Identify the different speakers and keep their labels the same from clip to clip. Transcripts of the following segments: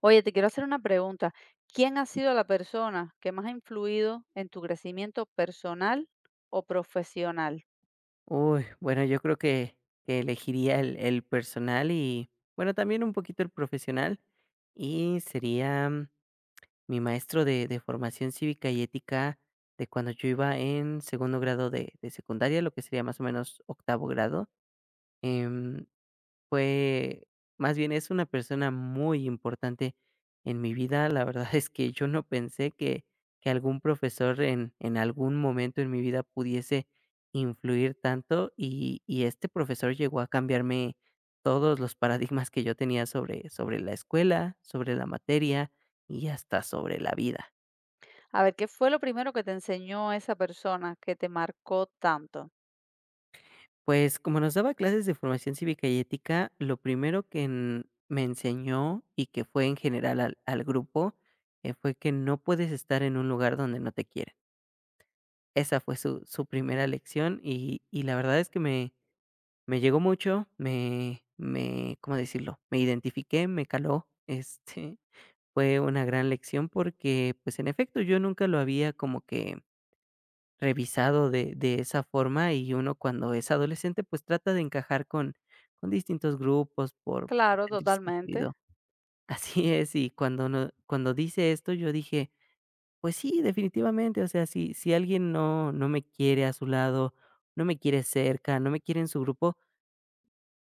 Speaker 1: Oye, te quiero hacer una pregunta. ¿Quién ha sido la persona que más ha influido en tu crecimiento personal o profesional?
Speaker 2: Uy, bueno, yo creo que elegiría el personal y, bueno, también un poquito el profesional. Y sería mi maestro de formación cívica y ética de cuando yo iba en segundo grado de secundaria, lo que sería más o menos octavo grado. em, fue más bien, es una persona muy importante en mi vida. La verdad es que yo no pensé que algún profesor en algún momento en mi vida pudiese influir tanto, y este profesor llegó a cambiarme todos los paradigmas que yo tenía sobre la escuela, sobre la materia y hasta sobre la vida.
Speaker 1: A ver, ¿qué fue lo primero que te enseñó esa persona que te marcó tanto?
Speaker 2: Pues, como nos daba clases de formación cívica y ética, lo primero que en me enseñó, y que fue en general al grupo, fue que no puedes estar en un lugar donde no te quieren. Esa fue su primera lección, y la verdad es que me llegó mucho, me, ¿cómo decirlo? Me identifiqué, me caló. Este, fue una gran lección porque, pues, en efecto, yo nunca lo había como que revisado de esa forma, y uno cuando es adolescente, pues trata de encajar con distintos grupos por
Speaker 1: Claro,
Speaker 2: sentirse
Speaker 1: totalmente.
Speaker 2: incluido. Así es, y cuando no cuando dice esto, yo dije: "Pues sí, definitivamente, o sea, si si alguien no no me quiere a su lado, no me quiere cerca, no me quiere en su grupo,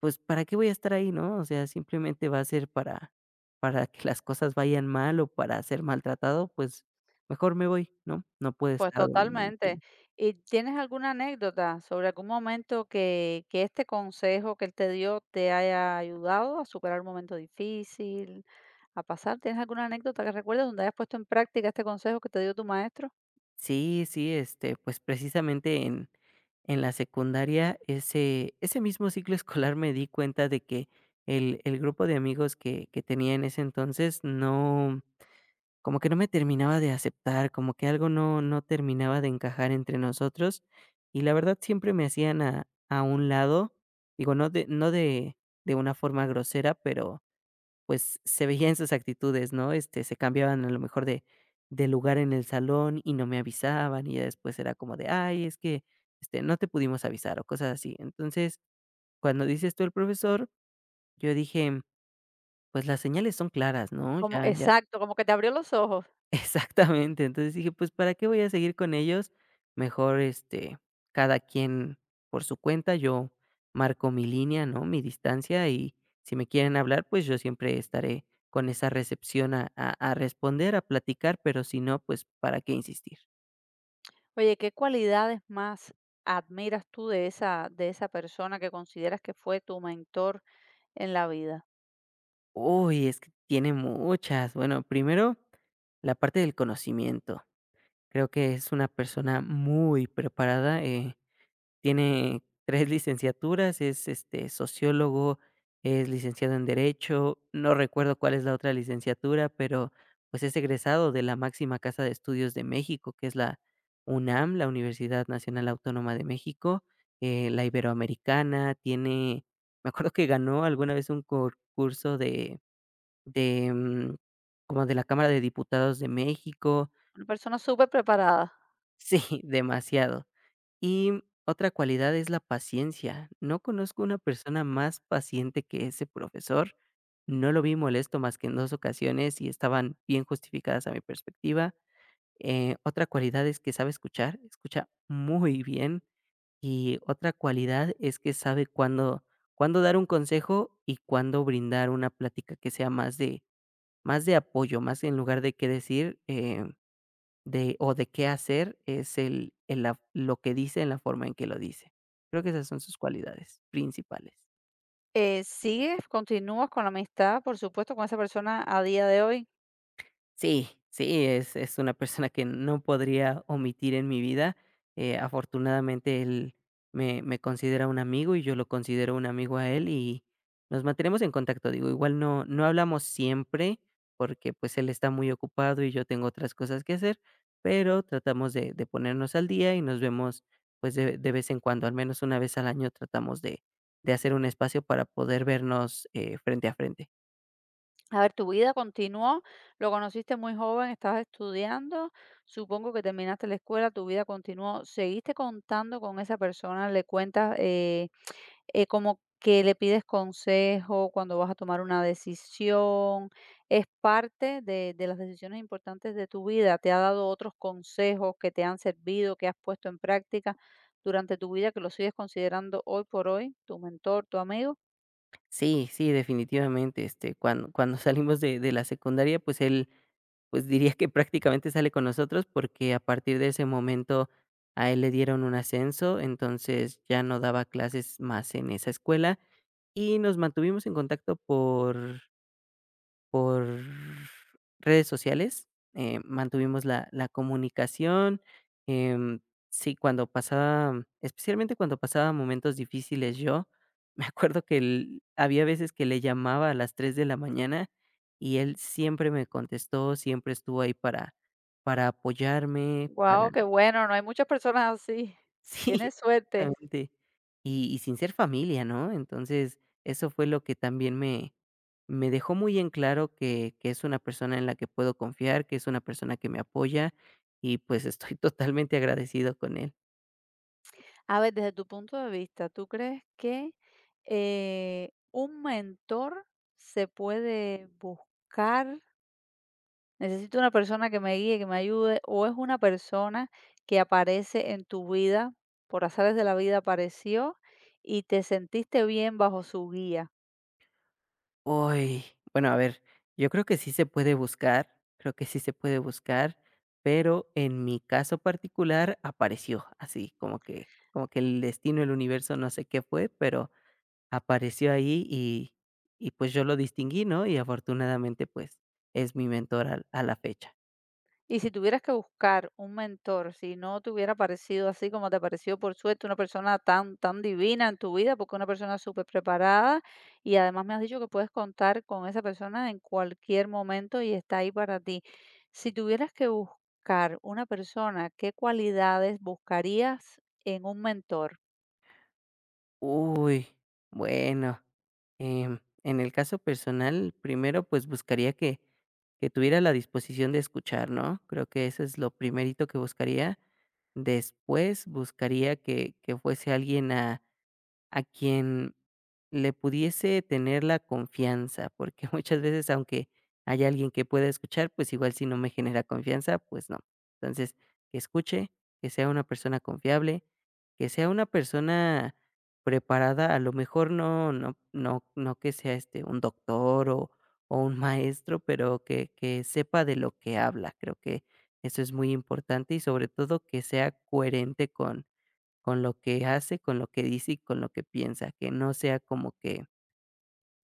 Speaker 2: pues, ¿para qué voy a estar ahí?", ¿no? O sea, simplemente va a ser para que las cosas vayan mal o para ser maltratado, pues mejor me voy, ¿no? No puedo
Speaker 1: Pues
Speaker 2: estar donde no me
Speaker 1: totalmente.
Speaker 2: quieren.
Speaker 1: ¿Y tienes alguna anécdota sobre algún momento que este consejo que él te dio te haya ayudado a superar un momento difícil, a pasar? ¿Tienes alguna anécdota que recuerdes donde hayas puesto en práctica este consejo que te dio tu maestro?
Speaker 2: Sí, sí, este, pues precisamente en la secundaria, ese mismo ciclo escolar me di cuenta de que el grupo de amigos que tenía en ese entonces no, como que no me terminaba de aceptar, como que algo no, no terminaba de encajar entre nosotros. Y la verdad siempre me hacían a un lado, digo, no de, no de, de una forma grosera, pero pues, se veía en sus actitudes, ¿no? Este, se cambiaban a lo mejor de lugar en el salón y no me avisaban, y ya después era como de: "Ay, es que, este, no te pudimos avisar", o cosas así. Entonces, cuando dices tú el profesor, yo dije: "Pues las señales son claras, ¿no?
Speaker 1: Como
Speaker 2: Ya, ya…".
Speaker 1: exacto, como que te abrió los ojos.
Speaker 2: Exactamente. Entonces dije: "Pues, ¿para qué voy a seguir con ellos? Mejor, este, cada quien por su cuenta, yo marco mi línea, ¿no? Mi distancia, y si me quieren hablar, pues, yo siempre estaré con esa recepción a responder, a platicar, pero si no, pues, ¿para qué insistir?".
Speaker 1: Oye, ¿qué cualidades más admiras tú de esa persona que consideras que fue tu mentor en la vida?
Speaker 2: Uy, es que tiene muchas. Bueno, primero, la parte del conocimiento. Creo que es una persona muy preparada. Tiene 3 licenciaturas, es, este, sociólogo, es licenciado en Derecho, no recuerdo cuál es la otra licenciatura, pero, pues, es egresado de la máxima casa de estudios de México, que es la UNAM, la Universidad Nacional Autónoma de México, la Iberoamericana. Tiene, me acuerdo, que ganó alguna vez un concurso de, como de la Cámara de Diputados de México.
Speaker 1: Una persona superpreparada.
Speaker 2: Sí, demasiado. Y otra cualidad es la paciencia. No conozco una persona más paciente que ese profesor. No lo vi molesto más que en 2 ocasiones y estaban bien justificadas a mi perspectiva. Otra cualidad es que sabe escuchar, escucha muy bien. Y otra cualidad es que sabe cuándo dar un consejo y cuándo brindar una plática que sea más de apoyo, más en lugar de qué decir, de o de qué hacer, es el la lo que dice en la forma en que lo dice. Creo que esas son sus cualidades principales.
Speaker 1: ¿Sigues, continúas con la amistad, por supuesto, con esa persona a día de hoy?
Speaker 2: Sí, sí, es una persona que no podría omitir en mi vida. Afortunadamente, él me considera un amigo y yo lo considero un amigo a él, y nos mantenemos en contacto. Digo, igual no no hablamos siempre porque, pues, él está muy ocupado y yo tengo otras cosas que hacer, pero tratamos de ponernos al día y nos vemos, pues, de vez en cuando. Al menos una vez al año tratamos de hacer un espacio para poder vernos, frente a frente.
Speaker 1: A ver, tu vida continuó, lo conociste muy joven, estabas estudiando, supongo que terminaste la escuela, tu vida continuó. ¿Seguiste contando con esa persona? ¿Le cuentas, como que le pides consejo cuando vas a tomar una decisión, es parte de las decisiones importantes de tu vida, te ha dado otros consejos que te han servido, que has puesto en práctica durante tu vida, que lo sigues considerando hoy por hoy, tu mentor, tu amigo?
Speaker 2: Sí, sí, definitivamente, este, cuando salimos de la secundaria, pues él, pues diría que prácticamente sale con nosotros, porque a partir de ese momento a él le dieron un ascenso, entonces ya no daba clases más en esa escuela y nos mantuvimos en contacto por redes sociales. Mantuvimos la comunicación. em, sí, cuando pasaba, especialmente cuando pasaba momentos difíciles yo, me acuerdo que el había veces que le llamaba a las 3 de la mañana y él siempre me contestó, siempre estuvo ahí para apoyarme, para…
Speaker 1: Wow, qué bueno, no hay muchas personas así.
Speaker 2: Sí,
Speaker 1: Tienes suerte.
Speaker 2: exactamente. Y sin ser familia, ¿no? Entonces, eso fue lo que también me dejó muy en claro que es una persona en la que puedo confiar, que es una persona que me apoya y, pues, estoy totalmente agradecido con él.
Speaker 1: A ver, desde tu punto de vista, ¿tú crees que un mentor se puede buscar? Necesito una persona que me guíe, que me ayude, o es una persona que aparece en tu vida, por azares de la vida apareció y te sentiste bien bajo su guía.
Speaker 2: Uy, bueno, a ver, yo creo que sí se puede buscar, creo que sí se puede buscar, pero en mi caso particular apareció así, como que el destino, el universo, no sé qué fue, pero apareció ahí y pues yo lo distinguí, ¿no? Y afortunadamente, pues, es mi mentor al a la fecha.
Speaker 1: Y si tuvieras que buscar un mentor, si no te hubiera parecido así como te pareció, por suerte, una persona tan, tan divina en tu vida, porque una persona súper preparada y además me has dicho que puedes contar con esa persona en cualquier momento y está ahí para ti. Si tuvieras que buscar una persona, ¿qué cualidades buscarías en un mentor?
Speaker 2: Uy, bueno, en el caso personal, primero, pues, buscaría que tuviera la disposición de escuchar, ¿no? Creo que eso es lo primerito que buscaría. Después, buscaría que fuese alguien a quien le pudiese tener la confianza, porque muchas veces, aunque haya alguien que pueda escuchar, pues igual si no me genera confianza, pues no. Entonces, que escuche, que sea una persona confiable, que sea una persona preparada, a lo mejor no, no, no, no que sea este un doctor o un maestro, pero que sepa de lo que habla. Creo que eso es muy importante y sobre todo que sea coherente con lo que hace, con lo que dice y con lo que piensa, que no sea como que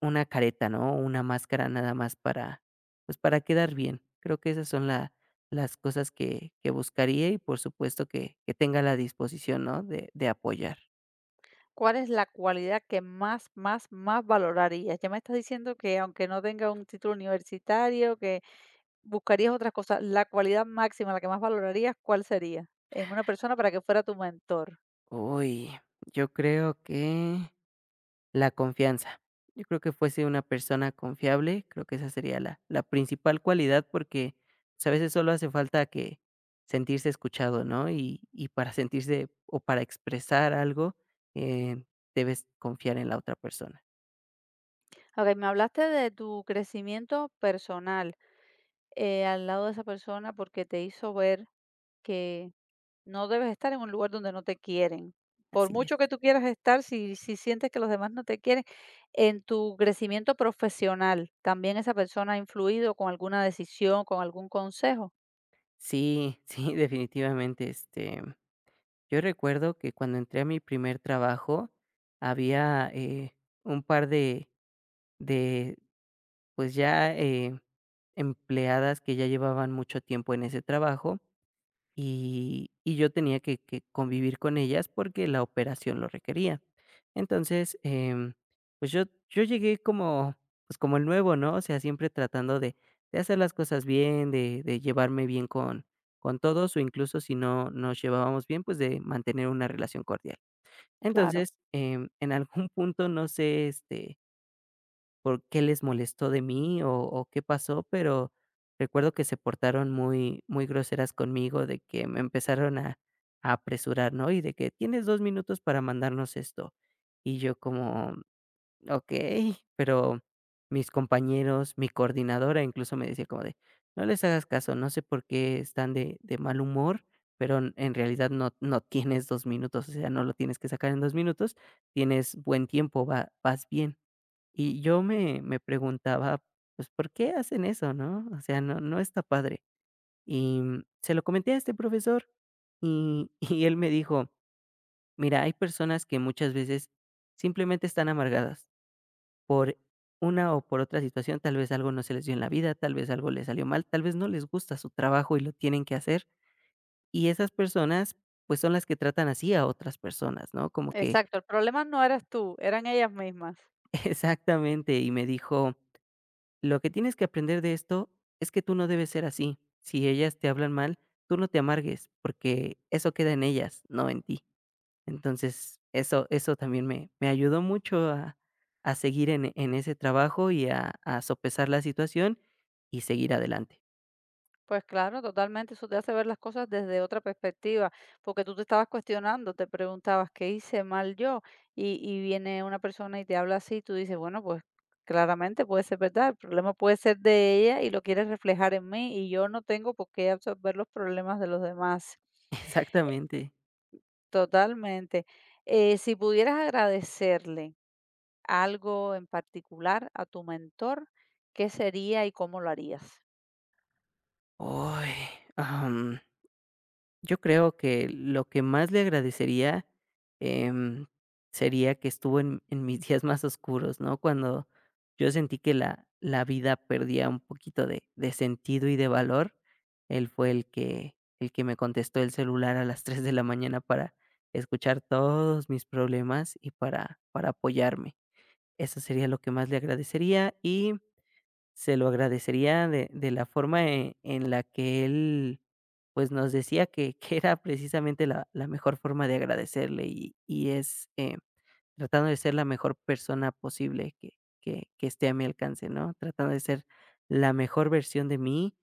Speaker 2: una careta, ¿no? Una máscara nada más para, pues, para quedar bien. Creo que esas son las cosas que buscaría y por supuesto que tenga la disposición, ¿no? De apoyar.
Speaker 1: ¿Cuál es la cualidad que más, más, más valorarías? Ya me estás diciendo que aunque no tenga un título universitario, que buscarías otras cosas. La cualidad máxima, la que más valorarías, ¿cuál sería? En una persona para que fuera tu mentor.
Speaker 2: Uy, yo creo que… la confianza. Yo creo que fuese una persona confiable, creo que esa sería la principal cualidad, porque, pues, a veces solo hace falta que sentirse escuchado, ¿no? Y para sentirse o para expresar algo, eh, debes confiar en la otra persona.
Speaker 1: Ok, me hablaste de tu crecimiento personal, al lado de esa persona porque te hizo ver que no debes estar en un lugar donde no te quieren. Por
Speaker 2: Así es.
Speaker 1: mucho que tú quieras estar, si sientes que los demás no te quieren, en tu crecimiento profesional, ¿también esa persona ha influido con alguna decisión, con algún consejo?
Speaker 2: Sí, sí, definitivamente, este, yo recuerdo que cuando entré a mi primer trabajo había, un par de pues ya, empleadas que ya llevaban mucho tiempo en ese trabajo y yo tenía que convivir con ellas porque la operación lo requería. Entonces, pues yo llegué como, pues, como el nuevo, ¿no? O sea, siempre tratando de hacer las cosas bien, de llevarme bien con todos o, incluso si no nos llevábamos bien, pues de mantener una relación cordial.
Speaker 1: Claro.
Speaker 2: Entonces, en algún punto, no sé, este por qué les molestó de mí, o qué pasó, pero recuerdo que se portaron muy, muy groseras conmigo, de que me empezaron a apresurar, ¿no? Y de que tienes 2 minutos para mandarnos esto. Y yo como, ok, pero mis compañeros, mi coordinadora incluso me decía como de, no les hagas caso, no sé por qué están de mal humor, pero en realidad no, no tienes 2 minutos, o sea, no lo tienes que sacar en 2 minutos, tienes buen tiempo, va, vas bien. Y yo me preguntaba, pues, ¿por qué hacen eso, no? O sea, no no está padre. Y, se lo comenté a este profesor, y y él me dijo: "Mira, hay personas que muchas veces simplemente están amargadas por una o por otra situación, tal vez algo no se les dio en la vida, tal vez algo les salió mal, tal vez no les gusta su trabajo y lo tienen que hacer, y esas personas, pues, son las que tratan así a otras personas", ¿no? Como que…
Speaker 1: Exacto, el problema no eras tú, eran ellas mismas.
Speaker 2: exactamente, y me dijo: "Lo que tienes que aprender de esto es que tú no debes ser así. Si ellas te hablan mal, tú no te amargues, porque eso queda en ellas, no en ti". Entonces, eso también me ayudó mucho a seguir en ese trabajo y a sopesar la situación y seguir adelante.
Speaker 1: Pues claro, totalmente, eso te hace ver las cosas desde otra perspectiva, porque tú te estabas cuestionando, te preguntabas qué hice mal yo y viene una persona y te habla así, tú dices, bueno, pues claramente puede ser verdad, el problema puede ser de ella y lo quieres reflejar en mí y yo no tengo por qué absorber los problemas de los demás.
Speaker 2: Exactamente.
Speaker 1: Totalmente. Si pudieras agradecerle algo en particular a tu mentor, ¿qué sería y cómo lo harías?
Speaker 2: Uy, yo creo que lo que más le agradecería, em, sería que estuvo en mis días más oscuros, ¿no? Cuando yo sentí que la vida perdía un poquito de sentido y de valor, él fue el que me contestó el celular a las 3 de la mañana para escuchar todos mis problemas y para apoyarme. Eso sería lo que más le agradecería y se lo agradecería de la forma en la que él, pues, nos decía que era precisamente la mejor forma de agradecerle y es, tratando de ser la mejor persona posible que esté a mi alcance, ¿no? Tratando de ser la mejor versión de mí,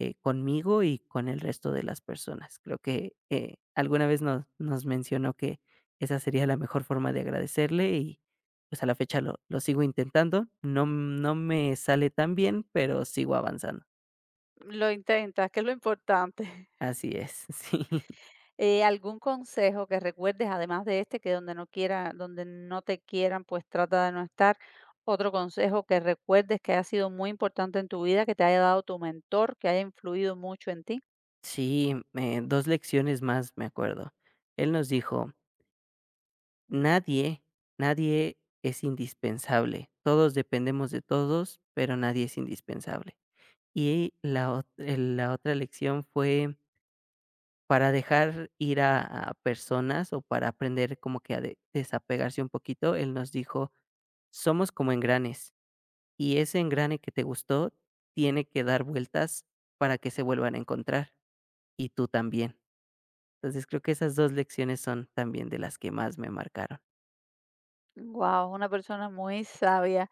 Speaker 2: conmigo y con el resto de las personas. Creo que, alguna vez nos mencionó que esa sería la mejor forma de agradecerle y, pues, a la fecha lo sigo intentando. No me sale tan bien, pero sigo avanzando.
Speaker 1: Lo intentas, que es lo importante.
Speaker 2: Así es, sí.
Speaker 1: ¿Algún consejo que recuerdes, además de este, que donde no quiera donde no te quieran, pues trata de no estar? Otro consejo que recuerdes que haya sido muy importante en tu vida, que te haya dado tu mentor, que haya influido mucho en ti.
Speaker 2: Sí, 2 lecciones más, me acuerdo. Él nos dijo: "Nadie, nadie es indispensable. Todos dependemos de todos, pero nadie es indispensable". Y la otra lección fue para dejar ir a personas o para aprender como que a desapegarse un poquito. Él nos dijo, somos como engranes, y ese engrane que te gustó tiene que dar vueltas para que se vuelvan a encontrar, y tú también. Entonces creo que esas dos lecciones son también de las que más me marcaron.
Speaker 1: Guau, una persona muy sabia.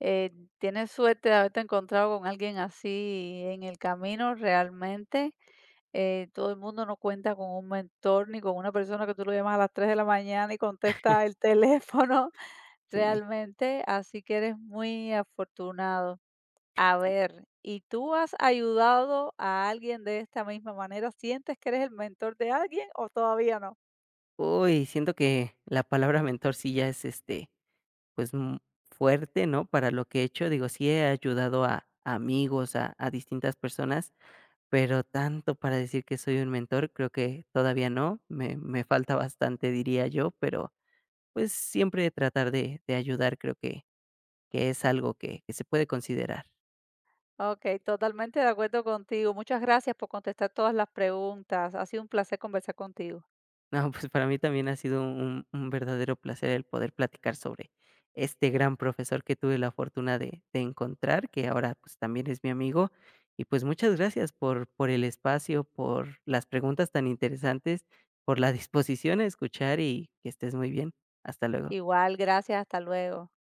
Speaker 1: Eh, tienes suerte de haberte encontrado con alguien así en el camino, realmente. Todo el mundo no cuenta con un mentor ni con una persona que tú lo llamas a las 3 de la mañana y contesta el teléfono.
Speaker 2: Sí.
Speaker 1: Realmente, así que eres muy afortunado. A ver, ¿y tú has ayudado a alguien de esta misma manera? ¿Sientes que eres el mentor de alguien o todavía no?
Speaker 2: Uy, siento que la palabra mentor sí ya es, este, pues, fuerte, ¿no? Para lo que he hecho, digo, sí he ayudado a amigos, a distintas personas, pero tanto para decir que soy un mentor, creo que todavía no, me falta bastante, diría yo, pero, pues, siempre tratar de ayudar, creo que es algo que se puede considerar.
Speaker 1: Ok, totalmente de acuerdo contigo. Muchas gracias por contestar todas las preguntas. Ha sido un placer conversar contigo.
Speaker 2: No, pues para mí también ha sido un verdadero placer el poder platicar sobre este gran profesor que tuve la fortuna de encontrar, que ahora pues también es mi amigo. Y pues muchas gracias por el espacio, por las preguntas tan interesantes, por la disposición a escuchar y que estés muy bien. Hasta luego.
Speaker 1: Igual, gracias, hasta luego.